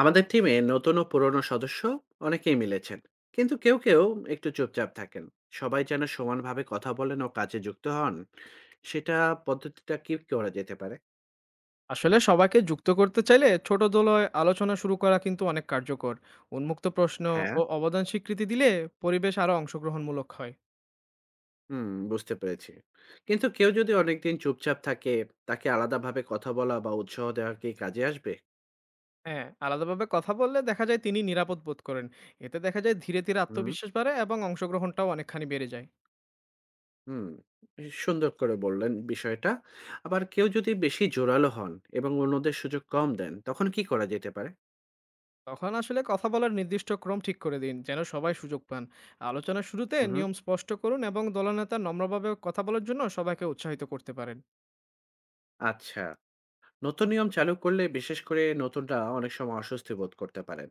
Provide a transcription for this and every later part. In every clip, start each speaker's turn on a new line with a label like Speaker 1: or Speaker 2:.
Speaker 1: আমাদের টিমে নতুন ও পুরনো সদস্য অনেকেই মিলেছেন, কিন্তু কেউ কেউ একটু চুপচাপ থাকেন। সবাই যেন সমানভাবে কথা বলেন ও কাজে যুক্ত হন, সেটা পদ্ধতিটা কি করা যেতে পারে?
Speaker 2: আসলে সবাইকে যুক্ত করতে চাইলে ছোট দলয় আলোচনা শুরু করা কিন্তু অনেক কার্যকর। উন্মুক্ত প্রশ্ন
Speaker 1: হ্যাঁ।
Speaker 2: ও অবদান স্বীকৃতি দিলে পরিবেশ আরো অংশগ্রহণমূলক হয়।
Speaker 1: হুম, বুঝতে পেরেছি। কিন্তু কেউ যদি অনেকদিন চুপচাপ থাকে, তাকে আলাদাভাবে কথা বলা বা উৎসাহ দেওয়া কি কাজে আসবে?
Speaker 2: হ্যাঁ, আলাদাভাবে কথা বললে দেখা যায় তিনি নিরাপদ বোধ করেন। এতে দেখা যায় ধীরে ধীরে
Speaker 1: হুম।
Speaker 2: আত্মবিশ্বাস বাড়ে এবং অংশগ্রহণটাও অনেকখানি বেড়ে যায়।
Speaker 1: হুম। সুন্দর করে বললেন বিষয়টা। আবার কেউ যদি বেশি জোরালো হন এবং অন্যদের সুযোগ কম দেন, তখন কি করা যেতে পারে?
Speaker 2: তখন আসলে কথা বলার নির্দিষ্ট ক্রম ঠিক করে দিন যেন সবাই সুযোগ পান। আলোচনার শুরুতে
Speaker 1: হুম।
Speaker 2: নিয়ম স্পষ্ট করুন এবং দলনেতা নম্রভাবে কথা বলার জন্য সবাইকে উৎসাহিত করতে পারেন।
Speaker 1: আচ্ছা। নতুন নিয়ম চালু করলে বিশেষ করে নতুনরা অনেক সময় অস্বস্তি বোধ করতে পারেন।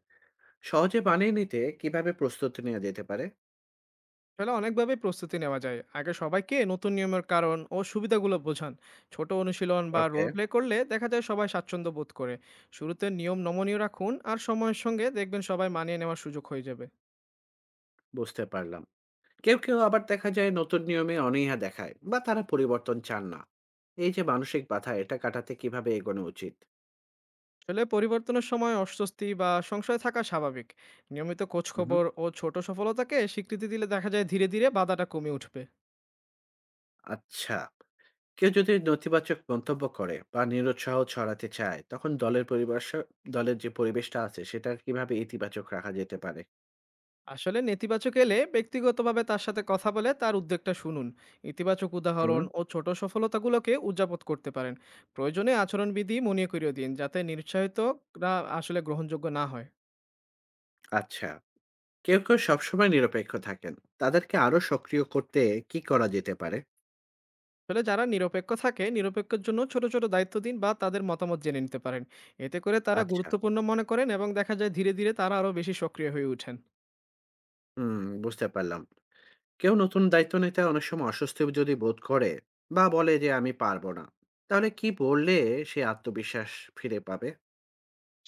Speaker 1: সহজে বানিয়ে নিতে কিভাবে প্রস্তুতি নেওয়া যেতে পারে?
Speaker 2: আসলে অনেকভাবে প্রস্তুতি নেওয়া যায়, আগে সবাইকে নতুন নিয়মের কারণ ও সুবিধাগুলো বোঝান। ছোট অনুশীলন বা
Speaker 1: ওকে।
Speaker 2: রোল প্লে করলে দেখা যায় সবাই স্বাচ্ছন্দ্য বোধ করে। শুরুতে নিয়ম নমনীয় রাখুন আর সময়ের সঙ্গে দেখবেন সবাই মানিয়ে নেওয়ার সুযোগ হয়ে যাবে।
Speaker 1: বুঝতে পারলাম। কেউ কেউ আবার দেখা যায় নতুন নিয়মে অনীহা দেখায় বা তারা পরিবর্তন চান না। এই যে মানসিক বাধা, এটা কাটাতে কিভাবে এগোনো উচিত?
Speaker 2: আসলে পরিবর্তনের সময় অস্বস্তি বা সংশয় থাকা স্বাভাবিক। নিয়মিত
Speaker 1: হুম।
Speaker 2: খোঁজখবর ও ছোট সফলতাকে স্বীকৃতি দিলে দেখা যায় ধীরে ধীরে বাধাটা কমে উঠবে।
Speaker 1: আচ্ছা। কেউ যদি নেতিবাচক মন্তব্য করে বা নিরুৎসাহ ছড়াতে চায়, তখন দলের যে পরিবেশটা আছে সেটা কিভাবে ইতিবাচক রাখা যেতে পারে?
Speaker 2: আসলে নেতিবাচক এলে ব্যক্তিগতভাবে তার সাথে কথা বলে তার উদ্বেগটা শুনুন। ইতিবাচক
Speaker 1: হুম।
Speaker 2: উদাহরণ ও ছোট সফলতাগুলোকে উদযাপন করতে পারেন। প্রয়োজনে আচরণবিধি মনে করিয়ে দিন যাতে নিরুৎসাহিতরা গ্রহণযোগ্য না হয়।
Speaker 1: আচ্ছা। কেউ কেউ সবসময় নিরপেক্ষ থাকেন। তাদেরকে আরো সক্রিয় করতে কি করা যেতে পারে?
Speaker 2: আসলে যারা নিরপেক্ষ থাকে নিরপেক্ষের জন্য ছোট ছোট দায়িত্ব দিন বা তাদের মতামত জেনে নিতে পারেন। এতে করে তারা
Speaker 1: আচ্ছা।
Speaker 2: গুরুত্বপূর্ণ মনে করেন এবং দেখা যায় ধীরে ধীরে তারা আরও বেশি সক্রিয় হয়ে ওঠেন।
Speaker 1: হুম। বুঝতে পারলাম। কেউ নতুন দায়িত্ব নিতে অনেক সময় অস্বস্তি যদি বোধ করে বা বলে যে, "আমি পারব না।" তাহলে কি বললে সে আত্মবিশ্বাস ফিরে পাবে?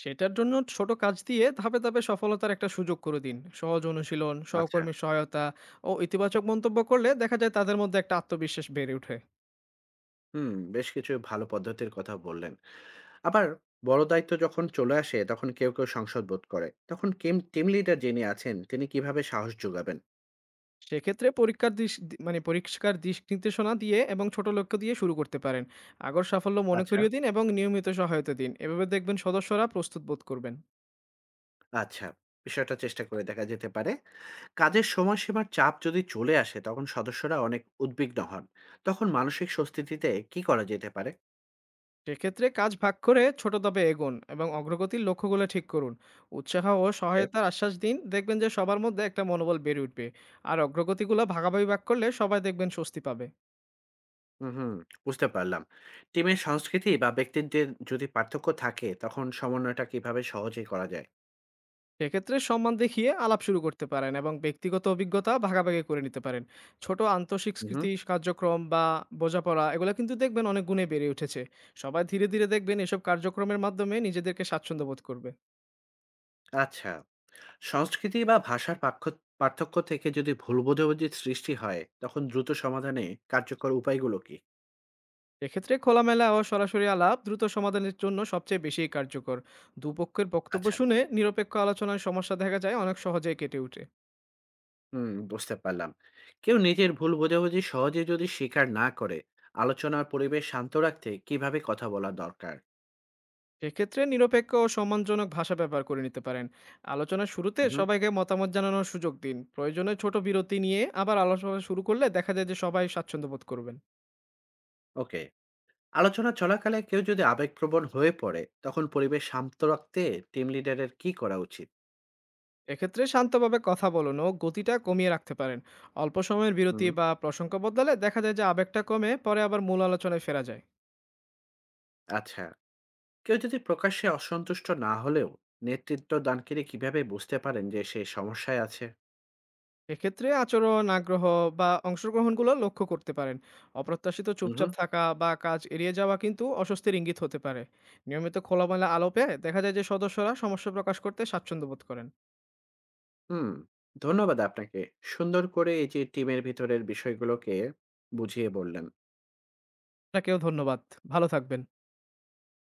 Speaker 2: সেটার জন্য ছোট কাজ দিয়ে ধাপে ধাপে সফলতার একটা সুযোগ করে দিন। সহজ অনুশীলন,
Speaker 1: আচ্ছা।
Speaker 2: সহকর্মীর সহায়তা ও ইতিবাচক মন্তব্য করলে দেখা যায় তাদের মধ্যে একটা আত্মবিশ্বাস বেড়ে ওঠে।
Speaker 1: হুম, বেশ কিছু ভালো পদ্ধতির কথা বললেন। আবার বড় দায়িত্ব যখন চলে আসে, তখন কেউ কেউ সংসদ বোধ করে। তখন কিম টিম লিডার যিনি আছেন, তিনি কিভাবে সাহস যোগাবেন?
Speaker 2: সেক্ষেত্রে পরীক্ষার দিশ নির্দেশনা দিয়ে এবং ছোট লক্ষ্য দিয়ে শুরু করতে পারেন। আগর সাফল্য মনে
Speaker 1: আচ্ছা,
Speaker 2: করিয়ে দিন এবং নিয়মিত সহায়তা দিন, এভাবে দেখবেন সদস্যরা প্রস্তুত বোধ করবেন।
Speaker 1: আচ্ছা, বিষয়টা চেষ্টা করে দেখা যেতে পারে। কাজের সময়সীমার চাপ যদি চলে আসে তখন সদস্যরা অনেক উদ্বিগ্ন হন। তখন মানসিক স্বস্তি দিতে কি করা যেতে পারে?
Speaker 2: সেক্ষেত্রে কাজ ভাগ করে ছোট ধাপে এগোন এবং অগ্রগতির লক্ষ্যগুলো ঠিক করুন। উৎসাহ ও
Speaker 1: ওকে।
Speaker 2: সহায়তার আশ্বাস দিন, দেখবেন যে সবার মধ্যে একটা মনোবল বেড়ে উঠবে। আর অগ্রগতিগুলো ভাগ করলে সবাই দেখবেন স্বস্তি পাবে।
Speaker 1: হুম হুম। বুঝতে পারলাম। টিমের সংস্কৃতি বা ব্যক্তিত্বের যদি পার্থক্য থাকে, তখন সমন্বয়টা কিভাবে সহজে করা যায়?
Speaker 2: সেক্ষেত্রে সম্মান দেখিয়ে আলাপ শুরু করতে পারেন এবং ব্যক্তিগত অভিজ্ঞতা ভাগাভাগি করে নিতে পারেন। ছোট
Speaker 1: হুম।
Speaker 2: আন্তঃস্বীকৃতি কার্যক্রম বা বোঝাপড়া এগুলো কিন্তু দেখবেন অনেক গুণে বেড়ে উঠেছে। সবাই ধীরে ধীরে দেখবেন এসব কার্যক্রমের মাধ্যমে নিজেদেরকে স্বাচ্ছন্দ্য বোধ করবে।
Speaker 1: আচ্ছা। সংস্কৃতি বা ভাষার পার্থক্য থেকে যদি ভুল বোঝাবুঝির সৃষ্টি হয়, তখন দ্রুত সমাধানে কার্যকর উপায়গুলো কি?
Speaker 2: এক্ষেত্রে খোলামেলা ও সরাসরি আলাপ দ্রুত সমাধানের জন্য সবচেয়ে বেশি কার্যকর। দুপক্ষের বক্তব্য
Speaker 1: আচ্ছা।
Speaker 2: শুনে নিরপেক্ষ আলোচনায় সমস্যা দেখা যায় অনেক সহজেই কেটে ওঠে।
Speaker 1: হুম, বুঝতে পারলাম। কেউ নিজের ভুল বোঝাবুঝি সহজে যদি স্বীকার না করে, আলোচনার পরিবেশ শান্ত রাখতে কিভাবে কথা বলা দরকার?
Speaker 2: সেক্ষেত্রে নিরপেক্ষ ও সম্মানজনক ভাষা ব্যবহার করে নিতে পারেন। আলোচনার শুরুতে
Speaker 1: হুম।
Speaker 2: সবাইকে মতামত জানানোর সুযোগ দিন, প্রয়োজনে ছোট বিরতি নিয়ে আবার আলোচনা শুরু করলে দেখা যায় যে সবাই স্বাচ্ছন্দ্য বোধ করবেন।
Speaker 1: ওকে। আলোচনা চলাকালে কেউ যদি আবেগপ্রবণ হয়ে পড়ে, তখন পরিবেশ শান্ত রাখতে টিম লিডারের কি করা উচিত?
Speaker 2: এক্ষেত্রে শান্তভাবে কথা বলুন ও গতিটা কমিয়ে রাখতে পারেন। অল্প সময়ের বিরতি
Speaker 1: হুম।
Speaker 2: বা প্রসঙ্গ বদলালে দেখা যায় যে আবেগটা কমে, পরে আবার মূল আলোচনায় ফেরা যায়।
Speaker 1: আচ্ছা। কেউ যদি প্রকাশ্যে অসন্তুষ্ট না হলেও, নেতৃত্ব দানকারী কিভাবে বুঝতে পারেন যে সে সমস্যায় আছে?
Speaker 2: এক্ষেত্রে আচরণ, আগ্রহ বা অংশগ্রহণগুলো লক্ষ্য করতে পারেন। অপ্রত্যাশিত চুপচাপ
Speaker 1: হুম
Speaker 2: থাকা বা কাজ এড়িয়ে যাওয়া কিন্তু অস্বস্তির ইঙ্গিত হতে পারে। নিয়মিত খোলামেলা আলাপে দেখা যায় যে সদস্যরা সমস্যা প্রকাশ করতে স্বাচ্ছন্দ্য বোধ করেন।
Speaker 1: হুম। ধন্যবাদ আপনাকে, সুন্দর করে এই যে টিমের ভিতরের বিষয়গুলোকে বুঝিয়ে বললেন।
Speaker 2: আপনাকেও ধন্যবাদ। ভালো থাকবেন।